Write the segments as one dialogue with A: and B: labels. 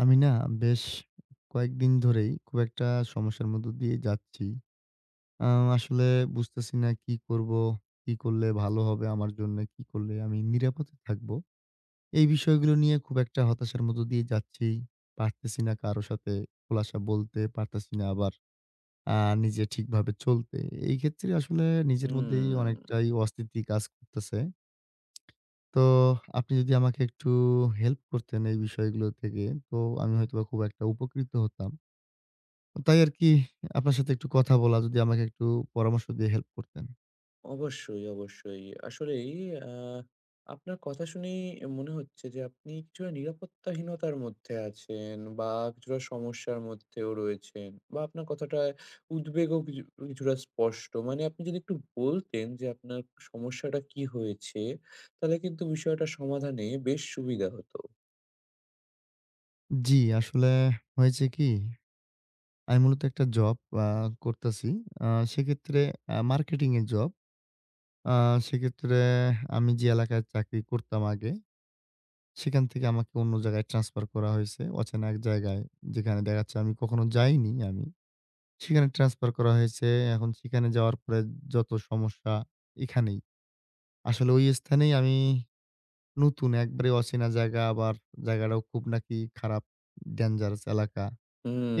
A: আমি না বেশ কয়েকদিন ধরেই খুব একটা সমস্যার মধ্য দিয়ে যাচ্ছি। আ আসলে বুঝতেছি না কি করব? কি করলে ভালো হবে আমার জন্যে? কি করলে আমি নিরাপদে থাকবো? এই বিষয়গুলো নিয়ে খুব একটা হতাশার মধ্য দিয়ে যাচ্ছি। পারতেছি না কারো সাথে খোলাসা বলতে, পারতেছি না আবার আ নিজে ঠিকভাবে চলতে। এই ক্ষেত্রে আসলে নিজের মধ্যেই
B: হুম,
A: অনেকটাই অস্থিতি কাজ করতেছে। তো আপনি যদি আমাকে একটু হেল্প করতেন এই বিষয়গুলো থেকে, তো আমি হয়তোবা খুব একটা উপকৃত হতাম। তাই আরকি আপনার সাথে একটু কথা বলা, যদি আমাকে একটু পরামর্শ দিয়ে হেল্প করতেন।
B: অবশ্যই, অবশ্যই। আসলেই আ আপনার কথা শুনেই মনে হচ্ছে যে আপনি কিছুটা নিরাপত্তাহীনতার মধ্যে আছেন বা কিছুটা সমস্যার মধ্যেও রয়েছেন বা আপনার কথাটায় উদ্বেগও কিছুটা স্পষ্ট। মানে আপনি যদি একটু বলতেন যে আপনার সমস্যাটা কি হয়েছে, তাহলে কিন্তু বিষয়টা সমাধানে বেশ সুবিধা হতো।
A: জি, আসলে হয়েছে কি? আমি মূলত একটা জব আ করতেছি। আ সেক্ষেত্রে মার্কেটিং এর জব। আ সেক্ষেত্রে আমি যে এলাকায় চাকরি করতাম আগে, সেখান থেকে আমাকে অন্য জায়গায় ট্রান্সফার করা হয়েছে। অচেনা এক জায়গায়, যেখানে দেখা যাচ্ছে আমি কখনো যাইনি আমি। সেখানে ট্রান্সফার করা হয়েছে। এখন সেখানে যাওয়ার পরে যত সমস্যা এখানেই। আসলে ওই স্থানেই আমি নতুন একবারে অচেনা জায়গা আবার জায়গাটাও খুব নাকি খারাপ ডেঞ্জারাস এলাকা।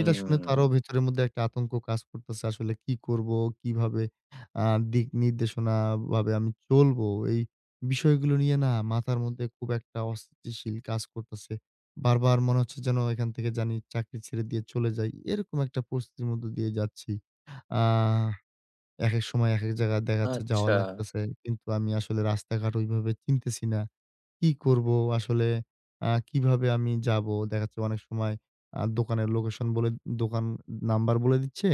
A: এটা শুনে তো আরো ভেতরের মধ্যে একটা আতঙ্ক কাজ করতেছে। আসলে কি করব? কিভাবে আ দিক নির্দেশনা ভাবে আমি চলবো? এই বিষয়গুলো নিয়ে না মাথার মধ্যে খুব একটা অস্থিতিশীল কাজ করতেছে। বারবার মনে হচ্ছে যেন এখান থেকে জানি চাকরি ছেড়ে দিয়ে চলে যাই। এরকম একটা পরিস্থিতির মধ্য দিয়ে যাচ্ছি। আ একেক সময় একেক জায়গায় দেখা যাচ্ছে যাওয়া
B: আচ্ছা,
A: লাগতেছে। কিন্তু আমি আসলে রাস্তাঘাট ওইভাবে চিনতেছি না। কি করব? আসলে কিভাবে আমি যাব? দেখা যাচ্ছে অনেক সময় দোকানের লোকেশন বলে দোকান নাম্বার বলে দিচ্ছে।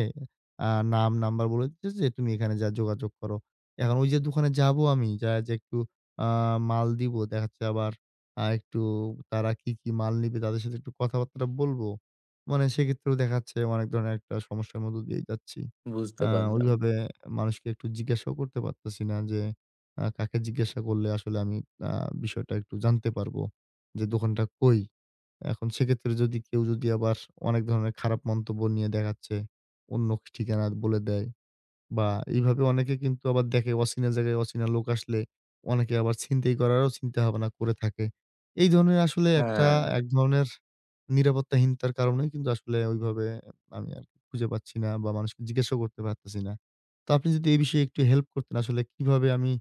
A: আ নাম, নাম্বার বলে দিচ্ছে যে, "তুমি এখানে যায়া যোগাযোগ করো।" এখন ওই যে দোকানে যাব আমি, যায়া যে একটু আ মাল দিব, দেখা যাচ্ছে আবার একটু তারা কি, কি মাল নিবে তাদের সাথে একটু কথাবার্তা বলবো। মানে সেক্ষেত্রেও দেখা যাচ্ছে অনেক ধরনের একটা সমস্যার মধ্য দিয়েই যাচ্ছি।
B: বুঝতে
A: আ
B: পারলাম।
A: ওইভাবে মানুষকে একটু জিজ্ঞাসাও করতে পারতেছি না যে কাকে জিজ্ঞাসা করলে আসলে আমি আ বিষয়টা একটু জানতে পারবো যে দোকানটা কই? এখন সেক্ষেত্রে যদি কেউ যদি আবার অনেক ধরনের খারাপ মন্তব্য নিয়ে দেখাচ্ছে, অন্য ঠিকানা বলে দেয় বা এইভাবে অনেকে কিন্তু আবার দেখে অচেনা জায়গায় অচেনা লোক আসলে অনেকে আবার ছিনতাই করারও চিন্তাভাবনা করে থাকে। এই ধরনের আসলে একটা
B: হ্যাঁ।
A: এক ধরনের নিরাপত্তাহীনতার কারণেই কিন্তু আসলে ওইভাবে আমি আরকি খুঁজে পাচ্ছি না বা মানুষকে জিজ্ঞাসাও করতে পারতেছি না। তো আপনি যদি এই বিষয়ে একটু হেল্প করতেন আসলে কিভাবে আমি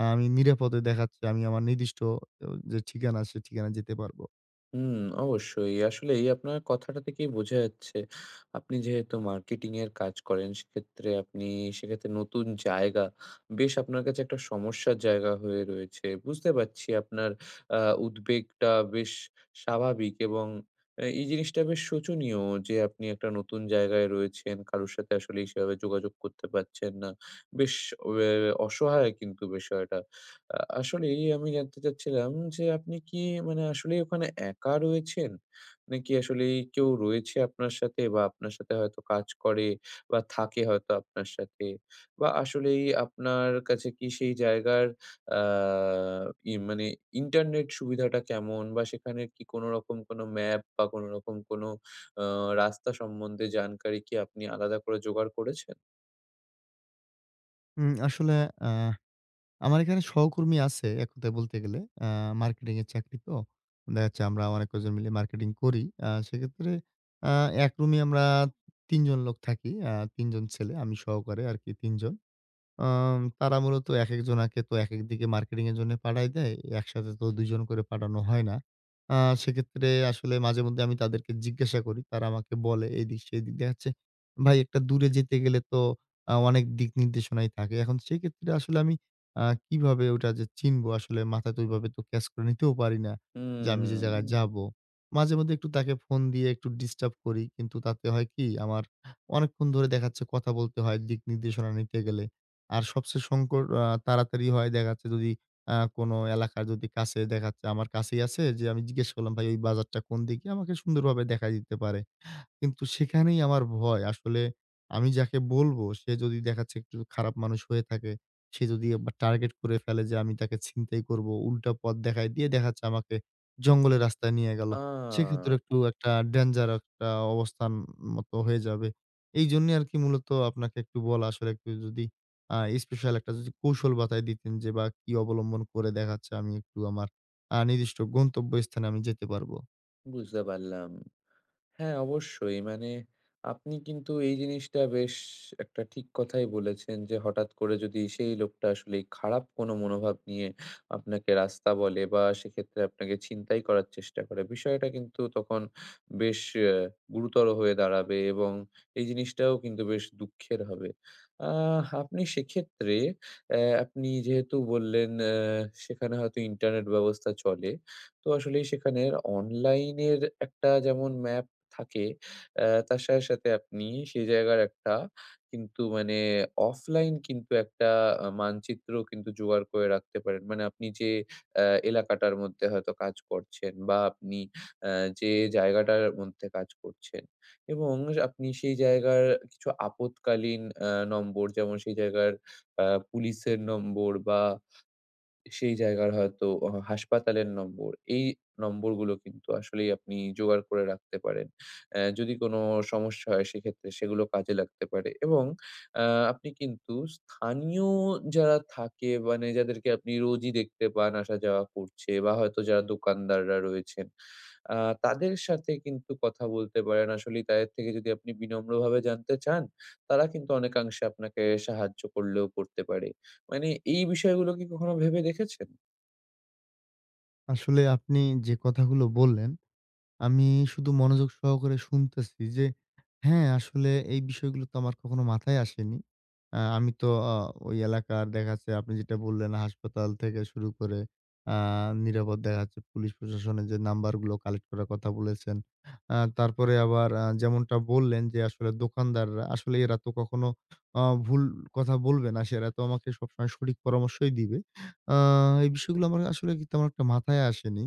A: আমি নিরাপদে দেখাচ্ছে আমি আমার নির্দিষ্ট যে ঠিকানা সে ঠিকানায় যেতে পারবো?
B: হুম, অবশ্যই। আসলেই আপনার কথাটা থেকেই বোঝা যাচ্ছে, আপনি যেহেতু মার্কেটিং এর কাজ করেন, সেক্ষেত্রে সেক্ষেত্রে নতুন জায়গা, বেশ আপনার কাছে একটা সমস্যার জায়গা হয়ে রয়েছে। বুঝতে পারছি আপনার আ উদ্বেগটা বেশ স্বাভাবিক এবং এই জিনিসটা বেশ শোচনীয় যে, আপনি একটা নতুন জায়গায় রয়েছেন, কারোর সাথে আসলেই সেভাবে যোগাযোগ করতে পারছেন না। বেশ ওয়ে অসহায় কিন্তু বিষয়টা। আসলেই আমি জানতে চাচ্ছিলাম যে আপনি কি মানে আসলেই ওখানে একা রয়েছেন? নাকি আসলেই কেউ রয়েছে আপনার সাথে বা আপনার সাথে হয়তো কাজ করে বা থাকে হয়তো আপনার সাথে? বা আসলেই আপনার কাছে কি সেই জায়গার আ ই মানে ইন্টারনেট সুবিধাটা কেমন? বা সেখানে কি কোনো রকম কোনো ম্যাপ বা কোনো রকম কোনো আ রাস্তা সম্বন্ধে জানকারি কি আপনি আলাদা করে জোগাড় করেছেন?
A: আসলে আ আমার এখানে সহকর্মী আছে এক কথায় বলতে গেলে। আ মার্কেটিং এর চাকরি তো। দেখা যাচ্ছে আমরা অনেক কজন মিলে মার্কেটিং করি। সেক্ষেত্রে আ এক রুমে আমরা ৩ জন লোক থাকি। ৩ জন ছেলে, আমি সহকারে আরকি ৩ জন। তারা মূলত একেক জনাকে তো একেক দিকে মার্কেটিং এর জন্য পাঠায় দেয়। একসাথে তো ২ জন করে পাঠানো হয় না। আ সেক্ষেত্রে আসলে মাঝেমধ্যে আমি তাদেরকে জিজ্ঞাসা করি। তারা আমাকে বলে এইদিক সেদিক। দেখা যাচ্ছে ভাই একটা দূরে যেতে গেলে তো অনেক দিক নির্দেশনাই থাকে। এখন সেক্ষেত্রে আসলে আমি কিভাবে ওটা যে চিনবো আসলে মাথায় তো ওইভাবে তো ক্যাচ করে নিতেও পারি না যে আমি যে জায়গায়
B: হুম,
A: যাবো। মাঝেমধ্যে একটু তাকে ফোন দিয়ে একটু ডিস্টার্ব করি। কিন্তু তাতে হয় কি আমার অনেকক্ষণ ধরে দেখা যাচ্ছে কথা বলতে হয় দিক নির্দেশনা নিতে গেলে। আর সবচেয়ে সংকট তাড়াতাড়ি হয় দেখা যাচ্ছে যদি কোনো এলাকার যদি কাছে দেখা যাচ্ছে আমার কাছেই আছে যে আমি জিজ্ঞেস করলাম, "ভাই ওই বাজারটা কোন দিকে?" আমাকে সুন্দরভাবে দেখায় দিতে পারে। কিন্তু সেখানেই আমার ভয়। আসলে আমি যাকে বলবো সে যদি দেখাচ্ছে একটু খারাপ মানুষ হয়ে থাকে, সে যদি আবার টার্গেট করে ফেলে যে আমি তাকে ছিনতাই করবো, উল্টা পথ দেখায় দিয়ে দেখাচ্ছে আমাকে জঙ্গলের রাস্তায় নিয়ে গেল।
B: আ
A: সেক্ষেত্রে একটু একটা ডেঞ্জার একটা অবস্থান মতো হয়ে যাবে। এইজন্যই আরকি মূলত আপনাকে একটু বলা আসলে একটু যদি আ স্পেশাল একটা যদি কৌশল বাতায় দিতেন যে বা কি অবলম্বন করে দেখাচ্ছে আমি একটু আমার নির্দিষ্ট গন্তব্যস্থানে আমি যেতে পারবো।
B: বুঝতে পারলাম। হ্যাঁ, অবশ্যই। মানে আপনি কিন্তু এই জিনিসটা বেশ একটা ঠিক কথাই বলেছেন যে, হঠাৎ করে যদি সেই লোকটা আসলেই খারাপ কোনো মনোভাব নিয়ে আপনাকে রাস্তা বলে বা সেক্ষেত্রে আপনাকে ছিনতাই করার চেষ্টা করে, বিষয়টা কিন্তু তখন বেশ গুরুতর হয়ে দাঁড়াবে এবং এই জিনিসটাও কিন্তু বেশ দুঃখের হবে। আপনি সেক্ষেত্রে আপনি যেহেতু বললেন সেখানে হয়তো ইন্টারনেট ব্যবস্থা চলে। তো আসলেই সেখানের অনলাইনের একটা যেমন ম্যাপ থাকে, তার সাথে, সাথে আপনি সেই জায়গার একটা কিন্তু মানে অফলাইন কিন্তু একটা মানচিত্র কিন্তু জোগাড় করে রাখতে পারেন। মানে আপনি যে এলাকাটার মধ্যে হয়তো কাজ করছেন বা আপনি অ্যা যে জায়গাটার মধ্যে কাজ করছেন এবং আপনি সেই জায়গার কিছু আপদকালীন নম্বর যেমন সেই জায়গার আ পুলিশের নম্বর বা সেই জায়গার হয়তো হাসপাতালের নম্বর, এই নম্বরগুলো কিন্তু আসলেই আপনি জোগাড় করে রাখতে পারেন। যদি কোনো সমস্যা হয় সেক্ষেত্রে সেগুলো কাজে লাগতে পারে এবং অ্যা আপনি কিন্তু স্থানীয় যারা থাকে মানে যাদেরকে আপনি রোজই দেখতে পান আসা যাওয়া করছে বা হয়তো যারা দোকানদাররা রয়েছেন আ তাদের সাথে কিন্তু কথা বলতে পারেন। আসলেই তাদের থেকে যদি আপনি বিনম্রভাবে জানতে চান, তারা কিন্তু অনেকাংশে আপনাকে সাহায্য করলেও করতে পারে। মানে এই বিষয়গুলো কি কখনো ভেবে দেখেছেন?
A: আসলে আপনি যে কথাগুলো বললেন আমি শুধু মনোযোগ সহকারে শুনতেছি যে হ্যাঁ, আসলে এই বিষয়গুলো তো আমার কখনো মাথায় আসেনি। আমি তো আ ওই এলাকার দেখা যাচ্ছে আপনি যেটা বললেন হাসপাতাল থেকে শুরু করে আ নিরাপদ দেখা যাচ্ছে পুলিশ প্রশাসনের যে নাম্বারগুলো কালেক্ট করার কথা বলেছেন। তারপরে আবার যেমনটা বললেন যে আসলে দোকানদাররা আসলে এরা তো কখনো ভুল কথা বলবে না। সেরা তো আমাকে সবসময় সঠিক পরামর্শই দিবে। আ এই বিষয়গুলো আমার আসলে কি তেমন একটা মাথায় আসেনি।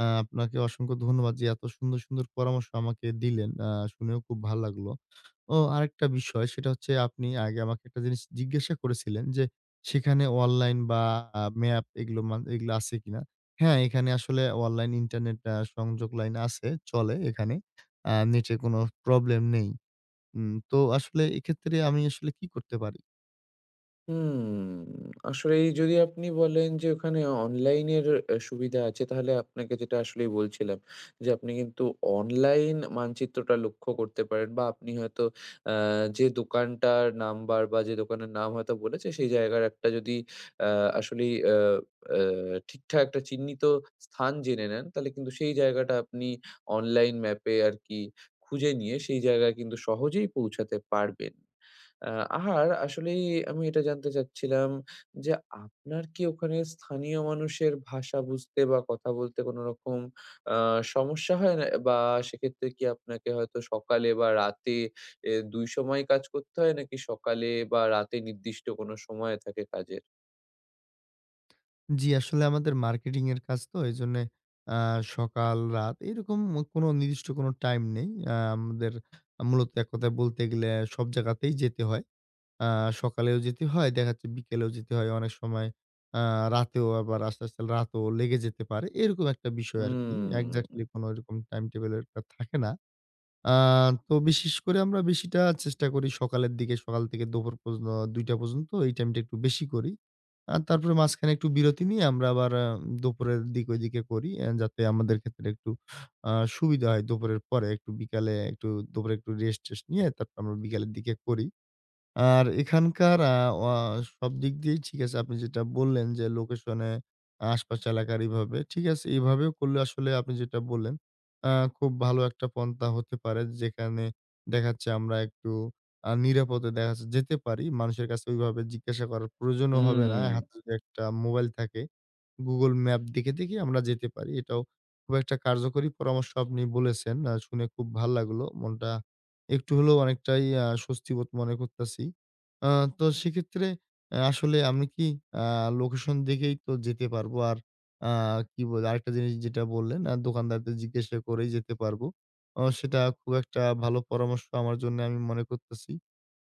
A: আপনাকে অসংখ্য ধন্যবাদ যে এত সুন্দর, সুন্দর পরামর্শ আমাকে দিলেন। শুনেও খুব ভাল লাগলো। ও আরেকটা বিষয় সেটা হচ্ছে আপনি আগে আমাকে একটা জিনিস জিজ্ঞাসা করেছিলেন যে, সেখানে অনলাইন বা ম্যাপ এগুলো মান এগুলো আছে কিনা? হ্যাঁ, এখানে আসলে অনলাইন ইন্টারনেট সংযোগ লাইন আছে, চলে এখানে। নেটে কোনো প্রবলেম নেই। তো আসলে এক্ষেত্রে আমি আসলে কি করতে পারি?
B: হুম, আসলে যদি আপনি বলেন যে ওখানে অনলাইনের সুবিধা আছে, তাহলে আপনাকে যেটা আসলেই বলছিলাম যে আপনি কিন্তু অনলাইন মানচিত্রটা লক্ষ্য করতে পারেন বা আপনি হয়তো আ যে দোকানটার নাম্বার বা যে দোকানের নাম হয়তো বলেছে, সেই জায়গার একটা যদি আ আসলেই আ আ ঠিকঠাক একটা চিহ্নিত স্থান জেনে নেন, তাহলে কিন্তু সেই জায়গাটা আপনি অনলাইন ম্যাপে আরকি খুঁজে নিয়ে সেই জায়গায় কিন্তু সহজেই পৌঁছাতে পারবেন। আ আর আসলেই আমি এটা জানতে চাচ্ছিলাম যে, আপনার কি ওখানে স্থানীয় মানুষের ভাষা বুঝতে বা কথা বলতে কোনো রকম আ সমস্যা হয় না? বা সেক্ষেত্রে কি আপনাকে হয়তো সকালে বা রাতে ২ সময় কাজ করতে হয়? নাকি সকালে বা রাতে নির্দিষ্ট কোনো সময় থাকে কাজের?
A: জি, আসলে আমাদের মার্কেটিং এর কাজ তো এজন্যে আ সকাল, রাত এরকম কোনো নির্দিষ্ট কোনো টাইম নেই। আমাদের মূলত এক কথায় বলতে গেলে সব জায়গাতেই যেতে হয়। আ সকালেও যেতে হয়, দেখা যাচ্ছে বিকেলেও যেতে হয়। অনেক সময় আ রাতেও আবার আস্তে, আস্তে রাতও লেগে যেতে পারে। এরকম একটা বিষয় আরকি।
B: হুম,
A: এক্সাক্টলি কোনো এরকম টাইম টেবল এর একটা থাকে না। আ তো বিশেষ করে আমরা বেশিটা চেষ্টা করি সকালের দিকে, সকাল থেকে দুপুর পর্যন্ত ২ টা পর্যন্ত এই টাইমটা একটু বেশি করি। আর তারপরে মাঝখানে একটু বিরতি নিয়ে আমরা আবার দুপুরের দিক ওইদিকে করি যাতে আমাদের ক্ষেত্রে একটু সুবিধা হয়। দুপুরের পরে একটু বিকালে একটু দুপুরে একটু রেস্ট-টেস্ট নিয়ে তারপর আমরা বিকালের দিকে করি। আর এখানকার আ অ সব দিক দিয়েই ঠিক আছে। আপনি যেটা বললেন যে লোকেশনে আশপাশ এলাকার এভাবে, ঠিক আছে? এভাবেও করলে আসলে আপনি যেটা বললেন, আ খুব ভালো একটা পন্থা হতে পারে। যেখানে দেখাচ্ছে আমরা একটু নিরাপদে দেখা যাচ্ছে যেতে পারি। মানুষের কাছে ওইভাবে জিজ্ঞাসা করার প্রয়োজনও হবে না।
B: হুম।
A: হাতে যদি একটা মোবাইল থাকে, Google ম্যাপ দেখে, দেখে আমরা যেতে পারি। এটাও খুব একটা কার্যকরী পরামর্শ আপনি বলেছেন। শুনে খুব ভাল লাগলো। মনটা একটু হলেও অনেকটাই স্বস্তি বোধ মনে করতাছি। আ তো সেক্ষেত্রে আসলে আমি কি আ লোকেশন দেখেই তো যেতে পারবো। আর আ কি বলে আরেকটা জিনিস যেটা বললেন দোকানদারদের জিজ্ঞাসা করেই যেতে পারবো। সেটা খুব একটা ভালো পরামর্শ আমার জন্য আমি মনে করতেছি।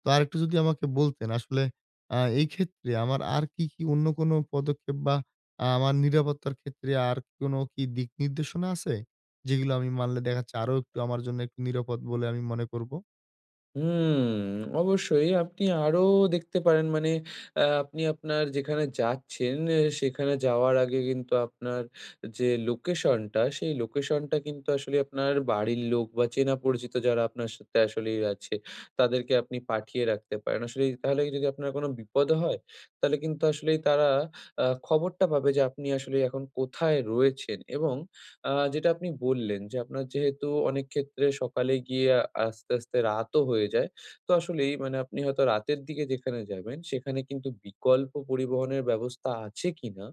A: তো আরেকটু যদি আমাকে বলতেন আসলে এই ক্ষেত্রে আমার আর কি, কি অন্য কোনো পদক্ষেপ বা আমার নিরাপত্তার ক্ষেত্রে আর কোনো কি দিক নির্দেশনা আছে? যেগুলো আমি মানলে দেখা যাচ্ছে আরো একটু আমার জন্য একটু নিরাপদ বলে আমি মনে করব?
B: হুম, অবশ্যই আপনি আরো দেখতে পারেন মানে আপনি আপনার যেখানে যাচ্ছেন সেখানে যাওয়ার আগে কিন্তু আপনার যে লোকেশনটা, সেই লোকেশনটা কিন্তু আসলে আপনার বাড়ির লোক বা চেনা পরিচিত যারা আপনার সাথে আসলেই আছে, তাদেরকে আপনি পাঠিয়ে রাখতে পারেন। আসলেই তাহলে যদি আপনার কোনো বিপদ হয়, তাহলে কিন্তু আসলেই তারা খবরটা পাবে যে আপনি আসলে এখন কোথায় রয়েছেন এবং যেটা আপনি বললেন যে, আপনার যেহেতু অনেক ক্ষেত্রে সকালে গিয়ে আস্তে, আস্তে রাতও হয়ে যায়। তো আসলেই মানে আপনি হয়তো রাতের দিকে যেখানে যাবেন, সেখানে কিন্তু বিকল্প পরিবহনের ব্যবস্থা আছে কিনা,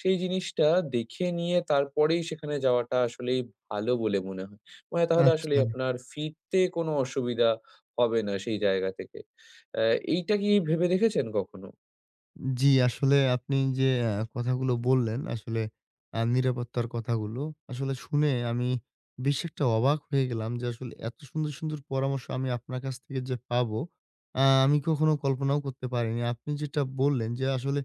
B: সেই জিনিসটা দেখে নিয়ে তারপরেই সেখানে যাওয়াটা আসলেই ভালো বলে মনে হয়। মানে তাহলে
A: আচ্ছা।
B: আসলেই আপনার ফিরতে কোনো অসুবিধা হবে না সেই জায়গা থেকে। আ এইটা কি ভেবে দেখেছেন কখনো?
A: জি, আসলে আপনি যে কথাগুলো বললেন, আসলে নিরাপত্তার কথাগুলো, আসলে শুনে আমি বেশ একটা অবাক হয়ে গেলাম যে আসলে এত সুন্দর, সুন্দর পরামর্শ আমি আপনার কাছ থেকে যে পাবো, আমি কখনো কল্পনাও করতে পারিনি। আপনি যেটা বললেন যে আসলে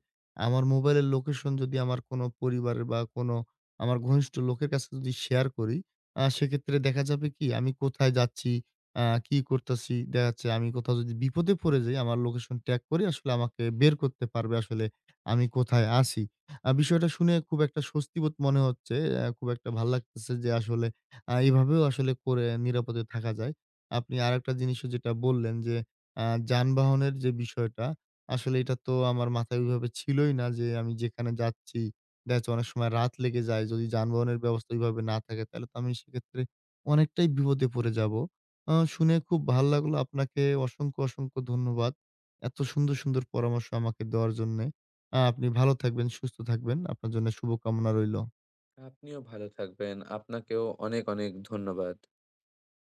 A: আমার মোবাইলের লোকেশন যদি আমার কোনো পরিবারের বা কোনো আমার ঘনিষ্ঠ লোকের কাছে যদি শেয়ার করি, সেক্ষেত্রে দেখা যাবে কি আমি কোথায় যাচ্ছি আ কি করতেছি, দেখা যাচ্ছে আমি কোথাও যদি বিপদে পড়ে যাই, আমার লোকেশন ট্যাগ করে আসলে আমাকে বের করতে পারবে আসলে আমি কোথায় আছি। বিষয়টা শুনে খুব একটা স্বস্তিবোধ মনে হচ্ছে। খুব একটা ভাল লাগতেছে যে আসলে এভাবেও আসলে করে নিরাপদে থাকা যায়। আপনি আরেকটা জিনিসও যেটা বললেন যে আ যানবাহনের যে বিষয়টা, আসলে এটা তো আমার মাথায় ওইভাবে ছিলই না যে আমি যেখানে যাচ্ছি, দেখা যাচ্ছে অনেক সময় রাত লেগে যায়। যদি যানবাহনের ব্যবস্থা ওইভাবে না থাকে, তাহলে তো আমি সেক্ষেত্রে অনেকটাই বিপদে পড়ে যাব। শুনে খুব ভাল লাগলো। আপনাকে অসংখ্য, অসংখ্য ধন্যবাদ। এত সুন্দর, সুন্দর পরামর্শ আমাকে দেওয়ার জন্যে। আপনি ভালো থাকবেন, সুস্থ থাকবেন। আপনার জন্য শুভকামনা রইলো।
B: আপনিও ভালো থাকবেন। আপনাকেও অনেক, অনেক ধন্যবাদ।